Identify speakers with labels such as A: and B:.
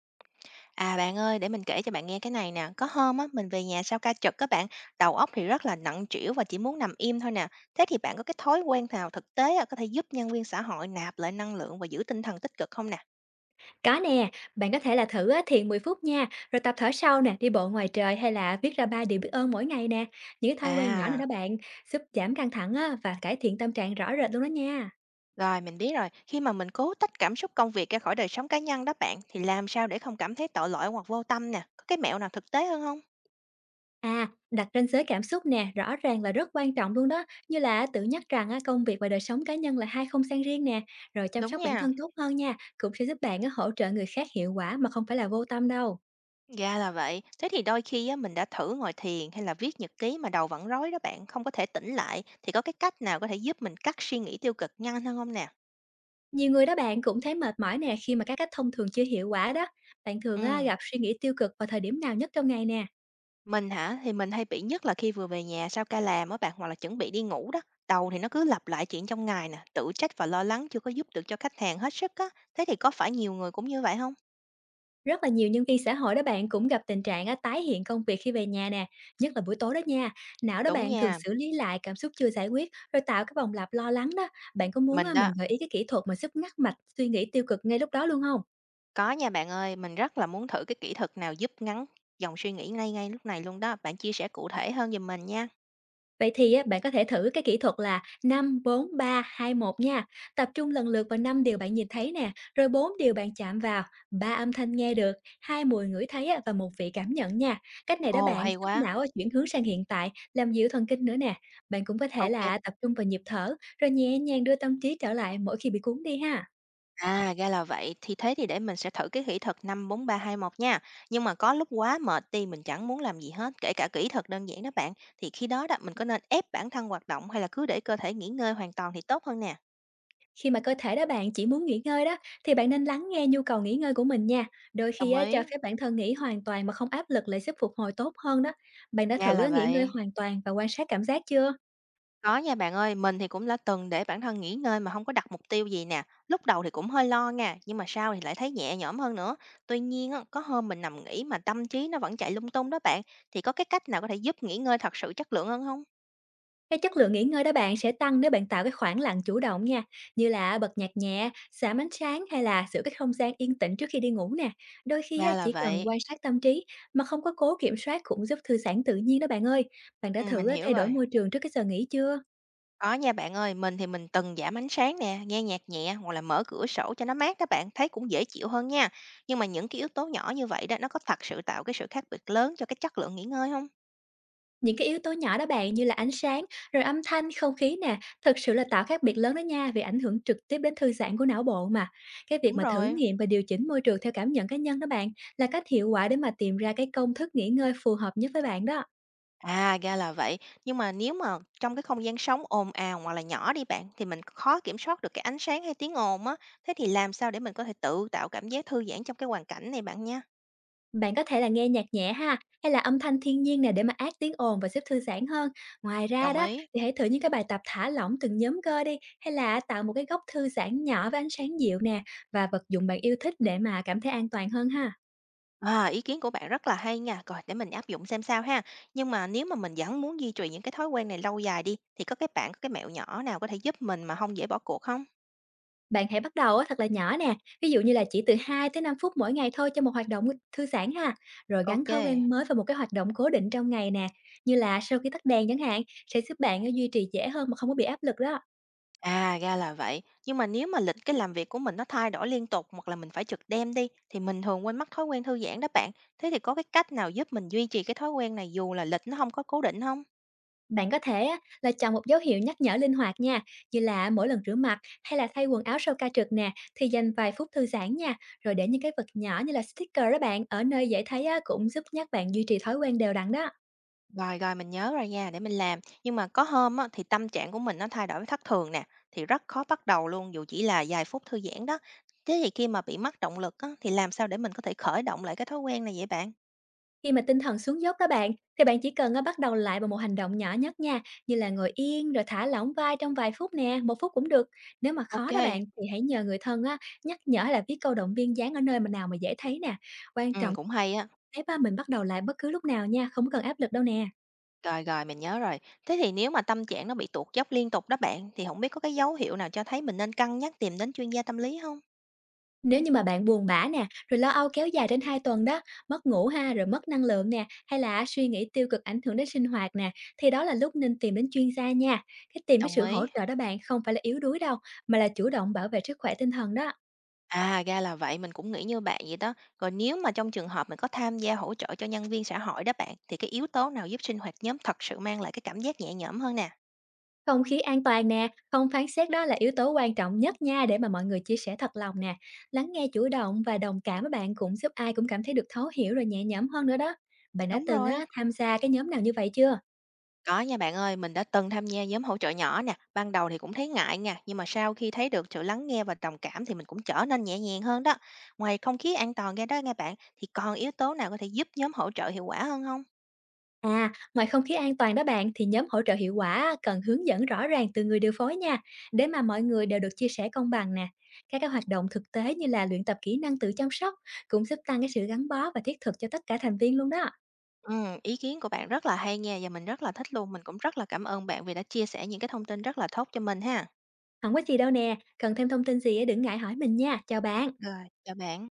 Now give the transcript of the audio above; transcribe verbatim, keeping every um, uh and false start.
A: À, bạn ơi, để mình kể cho bạn nghe cái này nè. Có hôm á, mình về nhà sau ca trực các bạn, đầu óc thì rất là nặng trĩu và chỉ muốn nằm im thôi nè. Thế thì bạn có cái thói quen nào thực tế á, có thể giúp nhân viên xã hội nạp lại năng lượng và giữ tinh thần tích cực không nè?
B: Có nè, bạn có thể là thử á, thiền mười phút nha, rồi tập thở sâu nè, đi bộ ngoài trời hay là viết ra ba điều biết ơn mỗi ngày nè. Những cái thói quen nhỏ này
A: À,
B: đó bạn, giúp giảm căng thẳng á, và cải thiện tâm trạng rõ rệt luôn đó nha.
A: rồi mình biết rồi. Khi mà mình cố tách cảm xúc công việc ra khỏi đời sống cá nhân đó bạn, thì làm sao để không cảm thấy tội lỗi hoặc vô tâm nè? Có cái mẹo nào thực tế hơn không?
B: À, đặt ranh giới cảm xúc nè, rõ ràng là rất quan trọng luôn đó, như là tự nhắc rằng á, công việc và đời sống cá nhân là hai không gian riêng nè, rồi chăm
A: Đúng
B: sóc bản
A: nha.
B: thân tốt hơn nha, cũng sẽ giúp bạn á, hỗ trợ người khác hiệu quả mà không phải là vô tâm đâu.
A: Ra là vậy. Thế thì đôi khi á, mình đã thử ngồi thiền hay là viết nhật ký mà đầu vẫn rối đó bạn, không có thể tỉnh lại. Thì có cái cách nào có thể giúp mình cắt suy nghĩ tiêu cực nhanh hơn không nè?
B: Nhiều người đó bạn cũng thấy mệt mỏi nè khi mà các cách thông thường chưa hiệu quả đó. Bạn thường
A: Ừ.
B: á, gặp suy nghĩ tiêu cực vào thời điểm nào nhất trong ngày nè?
A: Mình hả? Thì mình hay bị nhất là khi vừa về nhà sau ca làm á bạn, hoặc là chuẩn bị đi ngủ đó. Đầu thì nó cứ lặp lại chuyện trong ngày nè, tự trách và lo lắng chưa có giúp được cho khách hàng hết sức á. Thế thì có phải nhiều người cũng như vậy không?
B: Rất là nhiều nhân viên xã hội đó bạn cũng gặp tình trạng á, tái hiện công việc khi về nhà nè, nhất là buổi tối đó nha. Não đó
A: Đúng
B: bạn thường
A: nha,
B: xử lý lại cảm xúc chưa giải quyết rồi tạo cái vòng lặp lo lắng đó. Bạn có muốn á,
A: mình
B: mình
A: đó.
B: gợi ý cái kỹ thuật mà giúp ngắt mạch suy nghĩ tiêu cực ngay lúc đó luôn không?
A: Có nha bạn ơi, mình rất là muốn thử cái kỹ thuật nào giúp ngắn dòng suy nghĩ ngay ngay lúc này luôn đó. Bạn chia sẻ cụ thể hơn giùm mình nha.
B: Vậy thì á, bạn có thể thử cái kỹ thuật là năm bốn ba hai một nha. Tập trung lần lượt vào năm điều bạn nhìn thấy nè, rồi bốn điều bạn chạm vào, ba âm thanh nghe được, hai mùi ngửi thấy á, và một vị cảm nhận nha. Cách này đó
A: Ồ,
B: bạn
A: hay
B: giúp
A: quá.
B: não á, chuyển hướng sang hiện tại, làm dịu thần kinh nữa nè. Bạn cũng có thể
A: Ok kê.
B: là tập trung vào nhịp thở, rồi nhẹ nhàng đưa tâm trí trở lại mỗi khi bị cuốn đi ha.
A: À, ra là vậy. Thì thế thì để mình sẽ thử cái kỹ thuật năm bốn ba hai một nha. Nhưng mà có lúc quá mệt thì mình chẳng muốn làm gì hết, kể cả kỹ thuật đơn giản đó bạn. Thì khi đó đó, mình có nên ép bản thân hoạt động hay là cứ để cơ thể nghỉ ngơi hoàn toàn thì tốt hơn nè?
B: Khi mà cơ thể đó bạn chỉ muốn nghỉ ngơi đó, thì bạn nên lắng nghe nhu cầu nghỉ ngơi của mình nha. Đôi khi
A: Đồng
B: á, cho
A: ý.
B: phép bản thân nghỉ hoàn toàn mà không áp lực lại sẽ phục hồi tốt hơn đó. Bạn đã
A: Ra
B: thử
A: là
B: á, nghỉ ngơi
A: vậy.
B: hoàn toàn và quan sát cảm giác chưa?
A: Có nha bạn ơi, mình thì cũng đã từng để bản thân nghỉ ngơi mà không có đặt mục tiêu gì nè. Lúc đầu thì cũng hơi lo nha, nhưng mà sau thì lại thấy nhẹ nhõm hơn nữa. Tuy nhiên á, có hôm mình nằm nghỉ mà tâm trí nó vẫn chạy lung tung đó bạn. Thì có cái cách nào có thể giúp nghỉ ngơi thật sự chất lượng hơn không?
B: Cái chất lượng nghỉ ngơi đó bạn sẽ tăng nếu bạn tạo cái khoảng lặng chủ động nha, như là bật nhạc nhẹ, giảm ánh sáng hay là giữ cái không gian yên tĩnh trước khi đi ngủ nè. Đôi khi á,
A: Ra là
B: chỉ cần
A: vậy.
B: quan sát tâm trí mà không có cố kiểm soát cũng giúp thư giãn tự nhiên đó bạn ơi. Bạn đã
A: Ừm,
B: thử
A: mình
B: á,
A: hiểu
B: thay đổi
A: rồi.
B: môi trường trước cái giờ nghỉ chưa?
A: Có nha bạn ơi, mình thì mình từng giảm ánh sáng nè, nghe nhạc nhẹ hoặc là mở cửa sổ cho nó mát đó bạn, thấy cũng dễ chịu hơn nha. Nhưng mà những cái yếu tố nhỏ như vậy đó, nó có thật sự tạo cái sự khác biệt lớn cho cái chất lượng nghỉ ngơi không?
B: Những cái yếu tố nhỏ đó bạn như là ánh sáng, rồi âm thanh, không khí nè, thực sự là tạo khác biệt lớn đó nha, vì ảnh hưởng trực tiếp đến thư giãn của não bộ mà. Cái việc
A: Đúng
B: mà thử
A: rồi.
B: nghiệm và điều chỉnh môi trường theo cảm nhận cá nhân đó bạn là cách hiệu quả để mà tìm ra cái công thức nghỉ ngơi phù hợp nhất với bạn đó.
A: À, ra là vậy. Nhưng mà nếu mà trong cái không gian sống ồn ào hoặc là nhỏ đi bạn, thì mình khó kiểm soát được cái ánh sáng hay tiếng ồn á. Thế thì làm sao để mình có thể tự tạo cảm giác thư giãn trong cái hoàn cảnh này bạn nha?
B: Bạn có thể là nghe nhạc nhẹ ha, hay là âm thanh thiên nhiên nè, để mà át tiếng ồn và giúp thư giãn hơn. Ngoài ra
A: Đồng
B: đó
A: ý.
B: thì hãy thử những cái bài tập thả lỏng từng nhóm cơ đi, hay là tạo một cái góc thư giãn nhỏ với ánh sáng dịu nè và vật dụng bạn yêu thích để mà cảm thấy an toàn hơn ha.
A: À, ý kiến của bạn rất là hay nha. Rồi để mình áp dụng xem sao ha. Nhưng mà nếu mà mình vẫn muốn duy trì những cái thói quen này lâu dài đi thì có cái bạn có cái mẹo nhỏ nào có thể giúp mình mà không dễ bỏ cuộc không?
B: Bạn hãy bắt đầu á, thật là nhỏ nè, ví dụ như là chỉ từ hai tới năm phút mỗi ngày thôi cho một hoạt động thư giãn ha, rồi gắn
A: Ok,
B: thói quen mới vào một cái hoạt động cố định trong ngày nè, như là sau khi tắt đèn chẳng hạn, sẽ giúp bạn á, duy trì dễ hơn mà không có bị áp lực đó.
A: à ra là vậy. Nhưng mà nếu mà lịch cái làm việc của mình nó thay đổi liên tục hoặc là mình phải trực đêm đi thì mình thường quên mất thói quen thư giãn đó bạn. Thế thì có cái cách nào giúp mình duy trì cái thói quen này dù là lịch nó không có cố định không?
B: Bạn có thể á, là chọn một dấu hiệu nhắc nhở linh hoạt nha, như là mỗi lần rửa mặt hay là thay quần áo sau ca trực nè, thì dành vài phút thư giãn nha, rồi để những cái vật nhỏ như là sticker đó bạn ở nơi dễ thấy á, cũng giúp nhắc bạn duy trì thói quen đều đặn đó.
A: Rồi, rồi, mình nhớ rồi nha, để mình làm. Nhưng mà có hôm á, thì tâm trạng của mình nó thay đổi thất thường nè, thì rất khó bắt đầu luôn dù chỉ là vài phút thư giãn đó. Thế thì khi mà bị mất động lực á, thì làm sao để mình có thể khởi động lại cái thói quen này vậy bạn?
B: Khi mà tinh thần xuống dốc đó bạn, thì bạn chỉ cần á, bắt đầu lại bằng một hành động nhỏ nhất nha, như là ngồi yên rồi thả lỏng vai trong vài phút nè, một phút cũng được. Nếu mà khó
A: Ok,
B: đó bạn, thì hãy nhờ người thân á, nhắc nhở hay là viết câu động viên dán ở nơi mà nào mà dễ thấy nè. Quan trọng
A: ừ,
B: là
A: cũng hay á.
B: thấy ba mình bắt đầu lại bất cứ lúc nào nha, không có cần áp lực đâu nè.
A: Rồi, rồi, mình nhớ rồi. Thế thì nếu mà tâm trạng nó bị tuột dốc liên tục đó bạn, thì không biết có cái dấu hiệu nào cho thấy mình nên cân nhắc tìm đến chuyên gia tâm lý không?
B: Nếu như mà bạn buồn bã nè, rồi lo âu kéo dài đến hai tuần đó, mất ngủ ha, rồi mất năng lượng nè, hay là suy nghĩ tiêu cực ảnh hưởng đến sinh hoạt nè, thì đó là lúc nên tìm đến chuyên gia nha. Cái tìm cái
A: Đồng
B: sự hỗ
A: ý.
B: trợ đó bạn không phải là yếu đuối đâu, mà là chủ động bảo vệ sức khỏe tinh thần đó.
A: À, ra là vậy, mình cũng nghĩ như bạn vậy đó. Rồi nếu mà trong trường hợp mình có tham gia hỗ trợ cho nhân viên xã hội đó bạn, thì cái yếu tố nào giúp sinh hoạt nhóm thật sự mang lại cái cảm giác nhẹ nhõm hơn nè?
B: Không khí an toàn nè, không phán xét đó là yếu tố quan trọng nhất nha, để mà mọi người chia sẻ thật lòng nè. Lắng nghe chủ động và đồng cảm với bạn cũng giúp ai cũng cảm thấy được thấu hiểu rồi nhẹ nhõm hơn nữa đó. Bạn đã
A: Đúng
B: từng
A: rồi.
B: á, tham gia cái nhóm nào như vậy chưa?
A: Có nha bạn ơi, mình đã từng tham gia nhóm hỗ trợ nhỏ nè, ban đầu thì cũng thấy ngại nha, nhưng mà sau khi thấy được sự lắng nghe và đồng cảm thì mình cũng trở nên nhẹ nhàng hơn đó. Ngoài không khí an toàn ra đó nghe bạn, thì còn yếu tố nào có thể giúp nhóm hỗ trợ hiệu quả hơn không?
B: À, ngoài không khí an toàn đó bạn thì nhóm hỗ trợ hiệu quả cần hướng dẫn rõ ràng từ người điều phối nha, để mà mọi người đều được chia sẻ công bằng nè. Các cái hoạt động thực tế như là luyện tập kỹ năng tự chăm sóc cũng giúp tăng cái sự gắn bó và thiết thực cho tất cả thành viên luôn đó.
A: Ừ, ý kiến của bạn rất là hay nha và mình rất là thích luôn, mình cũng rất là cảm ơn bạn vì đã chia sẻ những cái thông tin rất là tốt cho mình ha.
B: Không có gì đâu nè, cần thêm thông tin gì á, đừng ngại hỏi mình nha. Chào bạn.
A: Rồi, chào bạn.